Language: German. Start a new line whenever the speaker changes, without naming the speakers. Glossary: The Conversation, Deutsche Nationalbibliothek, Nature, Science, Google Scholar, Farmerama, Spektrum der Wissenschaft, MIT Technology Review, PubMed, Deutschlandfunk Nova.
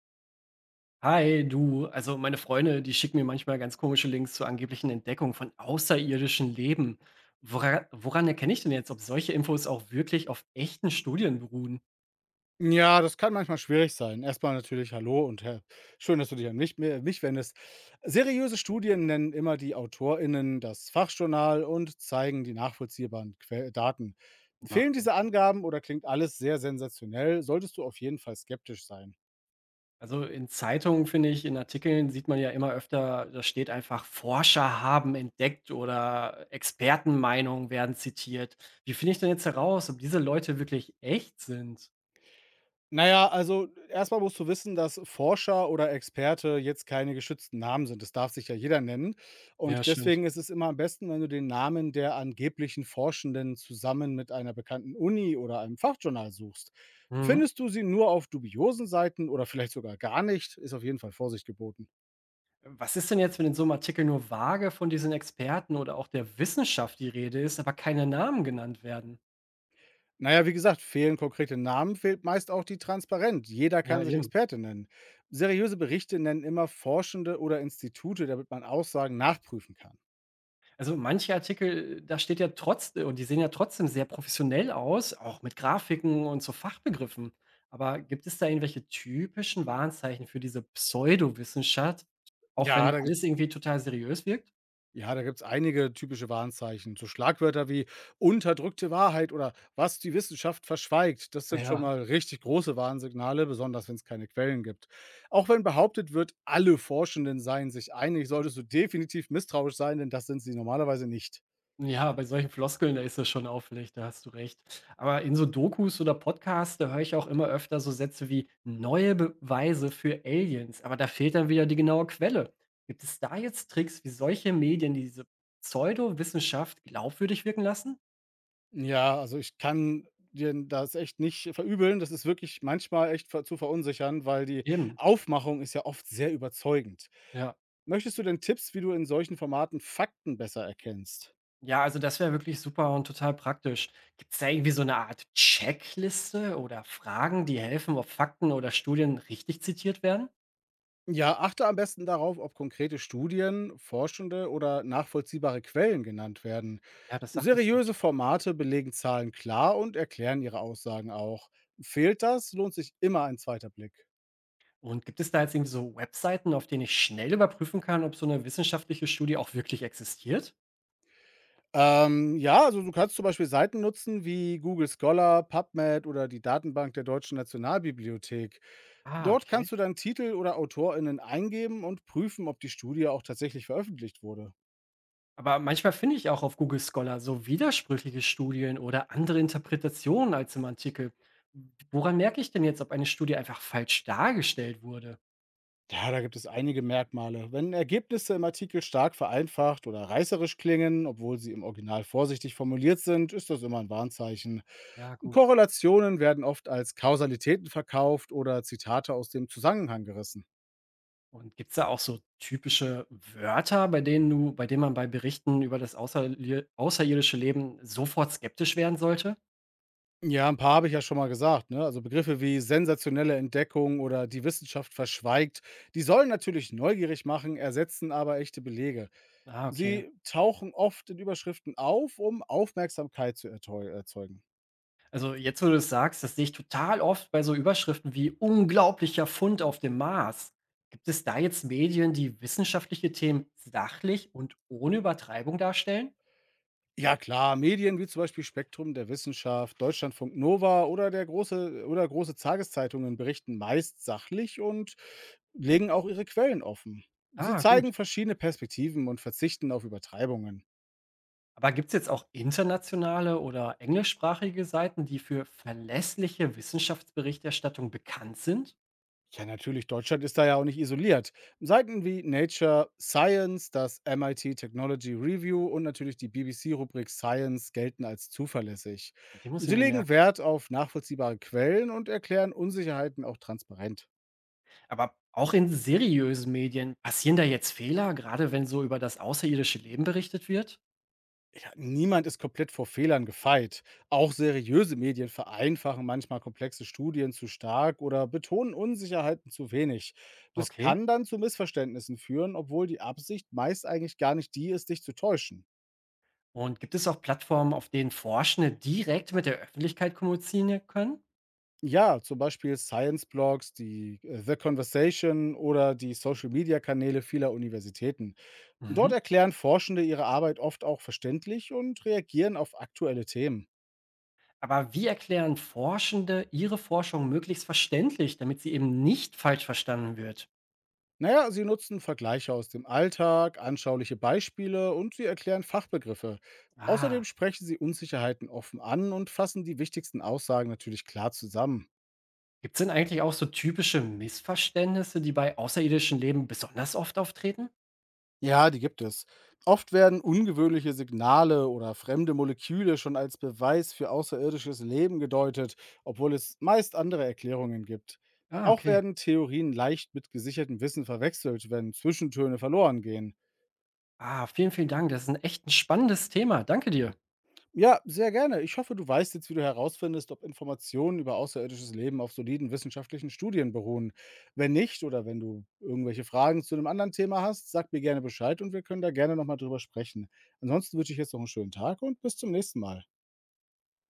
Hi, du. Also meine Freunde, die schicken mir manchmal ganz komische Links zur angeblichen Entdeckung von außerirdischen Leben. Woran erkenne ich denn jetzt, ob solche Infos auch wirklich auf echten Studien beruhen?
Ja, das kann manchmal schwierig sein. Erstmal natürlich hallo und hä schön, dass du dich an mich wendest. Seriöse Studien nennen immer die AutorInnen, das Fachjournal und zeigen die nachvollziehbaren Que Daten. Fehlen
Macht Sinn.
diese Angaben oder klingt alles sehr sensationell, solltest du auf jeden Fall skeptisch sein.
Also in Zeitungen finde ich, in Artikeln sieht man ja immer öfter, da steht einfach Forscher haben entdeckt oder Expertenmeinungen werden zitiert. Wie finde ich denn jetzt heraus, ob diese Leute wirklich echt sind?
Na ja, also erstmal musst du wissen, dass Forscher oder Experte jetzt keine geschützten Namen sind. Das darf sich ja jeder nennen.
Ja,
Und
stimmt.
deswegen ist es immer am besten, wenn du den Namen der angeblichen Forschenden zusammen mit einer bekannten Uni oder einem Fachjournal suchst.
Mhm.
Findest du sie nur auf dubiosen Seiten oder vielleicht sogar gar nicht, ist auf jeden Fall Vorsicht geboten.
Was ist denn jetzt, wenn in so einem Artikel nur vage von diesen Experten oder auch der Wissenschaft die Rede ist, aber keine Namen genannt werden?
Na ja, wie gesagt, fehlen konkrete Namen, fehlt meist auch die Transparenz. Jeder
Ja,
kann sich
eben.
Experte nennen. Seriöse Berichte nennen immer Forschende oder Institute, damit man Aussagen nachprüfen kann.
Also, manche Artikel, da steht ja trotz und die sehen ja trotzdem sehr professionell aus, auch mit Grafiken und so Fachbegriffen. Aber gibt es da irgendwelche typischen Warnzeichen für diese Pseudowissenschaft, auch
Ja,
wenn
da
alles
gibt's
irgendwie total seriös wirkt?
ja, da gibt's einige typische Warnzeichen. So Schlagwörter wie „unterdrückte Wahrheit“ oder „was die Wissenschaft verschweigt“, das sind schon
Ja.
mal richtig große Warnsignale, besonders wenn es keine Quellen gibt. Auch wenn behauptet wird, alle Forschenden seien sich einig, solltest du definitiv misstrauisch sein, denn das sind sie normalerweise nicht.
Ja, bei solchen Floskeln, da ist das schon auffällig, da hast du recht. Aber in so Dokus oder Podcasts, da höre ich auch immer öfter so Sätze wie neue Beweise für Aliens, aber da fehlt dann wieder die genaue Quelle. Gibt es da jetzt Tricks, wie solche Medien diese Pseudowissenschaft glaubwürdig wirken lassen?
Ja, also ich kann dir das echt nicht verübeln. Das ist wirklich manchmal echt ver zu verunsichern, weil die
Eben,
Aufmachung ist ja oft sehr überzeugend.
ja.
Möchtest du denn Tipps, wie du in solchen Formaten Fakten besser erkennst?
Ja, also das wäre wirklich super und total praktisch. Gibt es da irgendwie so eine Art Checkliste oder Fragen, die helfen, ob Fakten oder Studien richtig zitiert werden?
Ja, achte am besten darauf, ob konkrete Studien, forschende oder nachvollziehbare Quellen genannt werden.
Ja, das sagt es ja.
Seriöse Formate belegen Zahlen klar und erklären ihre Aussagen auch. Fehlt das, lohnt sich immer ein zweiter Blick.
Und gibt es da jetzt irgendwie so Webseiten, auf denen ich schnell überprüfen kann, ob so eine wissenschaftliche Studie auch wirklich existiert?
Ja, also du kannst zum Beispiel Seiten nutzen wie Google Scholar, PubMed oder die Datenbank der Deutschen Nationalbibliothek.
Ah,
Dort
okay.
kannst du dann Titel oder AutorInnen eingeben und prüfen, ob die Studie auch tatsächlich veröffentlicht wurde.
Aber manchmal finde ich auch auf Google Scholar so widersprüchliche Studien oder andere Interpretationen als im Artikel. Woran merke ich denn jetzt, ob eine Studie einfach falsch dargestellt wurde?
Ja, da gibt es einige Merkmale. Wenn Ergebnisse im Artikel stark vereinfacht oder reißerisch klingen, obwohl sie im Original vorsichtig formuliert sind, ist das immer ein Warnzeichen.
Ja, gut.
Korrelationen werden oft als Kausalitäten verkauft oder Zitate aus dem Zusammenhang gerissen.
Und gibt's da auch so typische Wörter, bei denen man bei Berichten über das außerlie außerirdische Leben sofort skeptisch werden sollte?
Ja, ein paar habe ich ja schon mal gesagt. Ne? Also Begriffe wie sensationelle Entdeckung oder die Wissenschaft verschweigt, die sollen natürlich neugierig machen, ersetzen aber echte Belege.
Ah, okay.
Sie tauchen oft in Überschriften auf, um Aufmerksamkeit zu erzeugen.
Also jetzt, wo du es sagst, das sehe ich total oft bei so Überschriften wie unglaublicher Fund auf dem Mars. Gibt es da jetzt Medien, die wissenschaftliche Themen sachlich und ohne Übertreibung darstellen?
Ja klar, Medien wie zum Beispiel Spektrum der Wissenschaft, Deutschlandfunk Nova oder der große oder große Tageszeitungen berichten meist sachlich und legen auch ihre Quellen offen. Sie
Ah,
zeigen
gut.
verschiedene Perspektiven und verzichten auf Übertreibungen.
Aber gibt es jetzt auch internationale oder englischsprachige Seiten, die für verlässliche Wissenschaftsberichterstattung bekannt sind?
Ja, natürlich, Deutschland ist da ja auch nicht isoliert. Seiten wie Nature, Science, das MIT Technology Review und natürlich die BBC-Rubrik Science gelten als zuverlässig.
Die muss ich
Sie
mir
legen
merken.
Wert auf nachvollziehbare Quellen und erklären Unsicherheiten auch transparent.
Aber auch in seriösen Medien passieren da jetzt Fehler, gerade wenn so über das außerirdische Leben berichtet wird?
Niemand ist komplett vor Fehlern gefeit. Auch seriöse Medien vereinfachen manchmal komplexe Studien zu stark oder betonen Unsicherheiten zu wenig. Das
Okay.
kann dann zu Missverständnissen führen, obwohl die Absicht meist eigentlich gar nicht die ist, dich zu täuschen.
Und gibt es auch Plattformen, auf denen Forschende direkt mit der Öffentlichkeit kommunizieren können?
Ja, zum Beispiel Science-Blogs, die The Conversation oder die Social-Media-Kanäle vieler Universitäten. Dort
Mhm.
erklären Forschende ihre Arbeit oft auch verständlich und reagieren auf aktuelle Themen.
Aber wie erklären Forschende ihre Forschung möglichst verständlich, damit sie eben nicht falsch verstanden wird?
Naja, sie nutzen Vergleiche aus dem Alltag, anschauliche Beispiele und sie erklären Fachbegriffe. Außerdem
Ah,
sprechen sie Unsicherheiten offen an und fassen die wichtigsten Aussagen natürlich klar zusammen.
gibt es denn eigentlich auch so typische Missverständnisse, die bei außerirdischem Leben besonders oft auftreten?
Ja, die gibt es. Oft werden ungewöhnliche Signale oder fremde Moleküle schon als Beweis für außerirdisches Leben gedeutet, obwohl es meist andere Erklärungen gibt.
Ah,
Auch
okay.
werden Theorien leicht mit gesichertem Wissen verwechselt, wenn Zwischentöne verloren gehen.
Ah, vielen, vielen Dank. Das ist ein echt ein spannendes Thema. Danke dir.
Ja, sehr gerne. Ich hoffe, du weißt jetzt, wie du herausfindest, ob Informationen über außerirdisches Leben auf soliden wissenschaftlichen Studien beruhen. Wenn nicht oder wenn du irgendwelche Fragen zu einem anderen Thema hast, sag mir gerne Bescheid und wir können da gerne nochmal drüber sprechen. Ansonsten wünsche ich jetzt noch einen schönen Tag und bis zum nächsten Mal.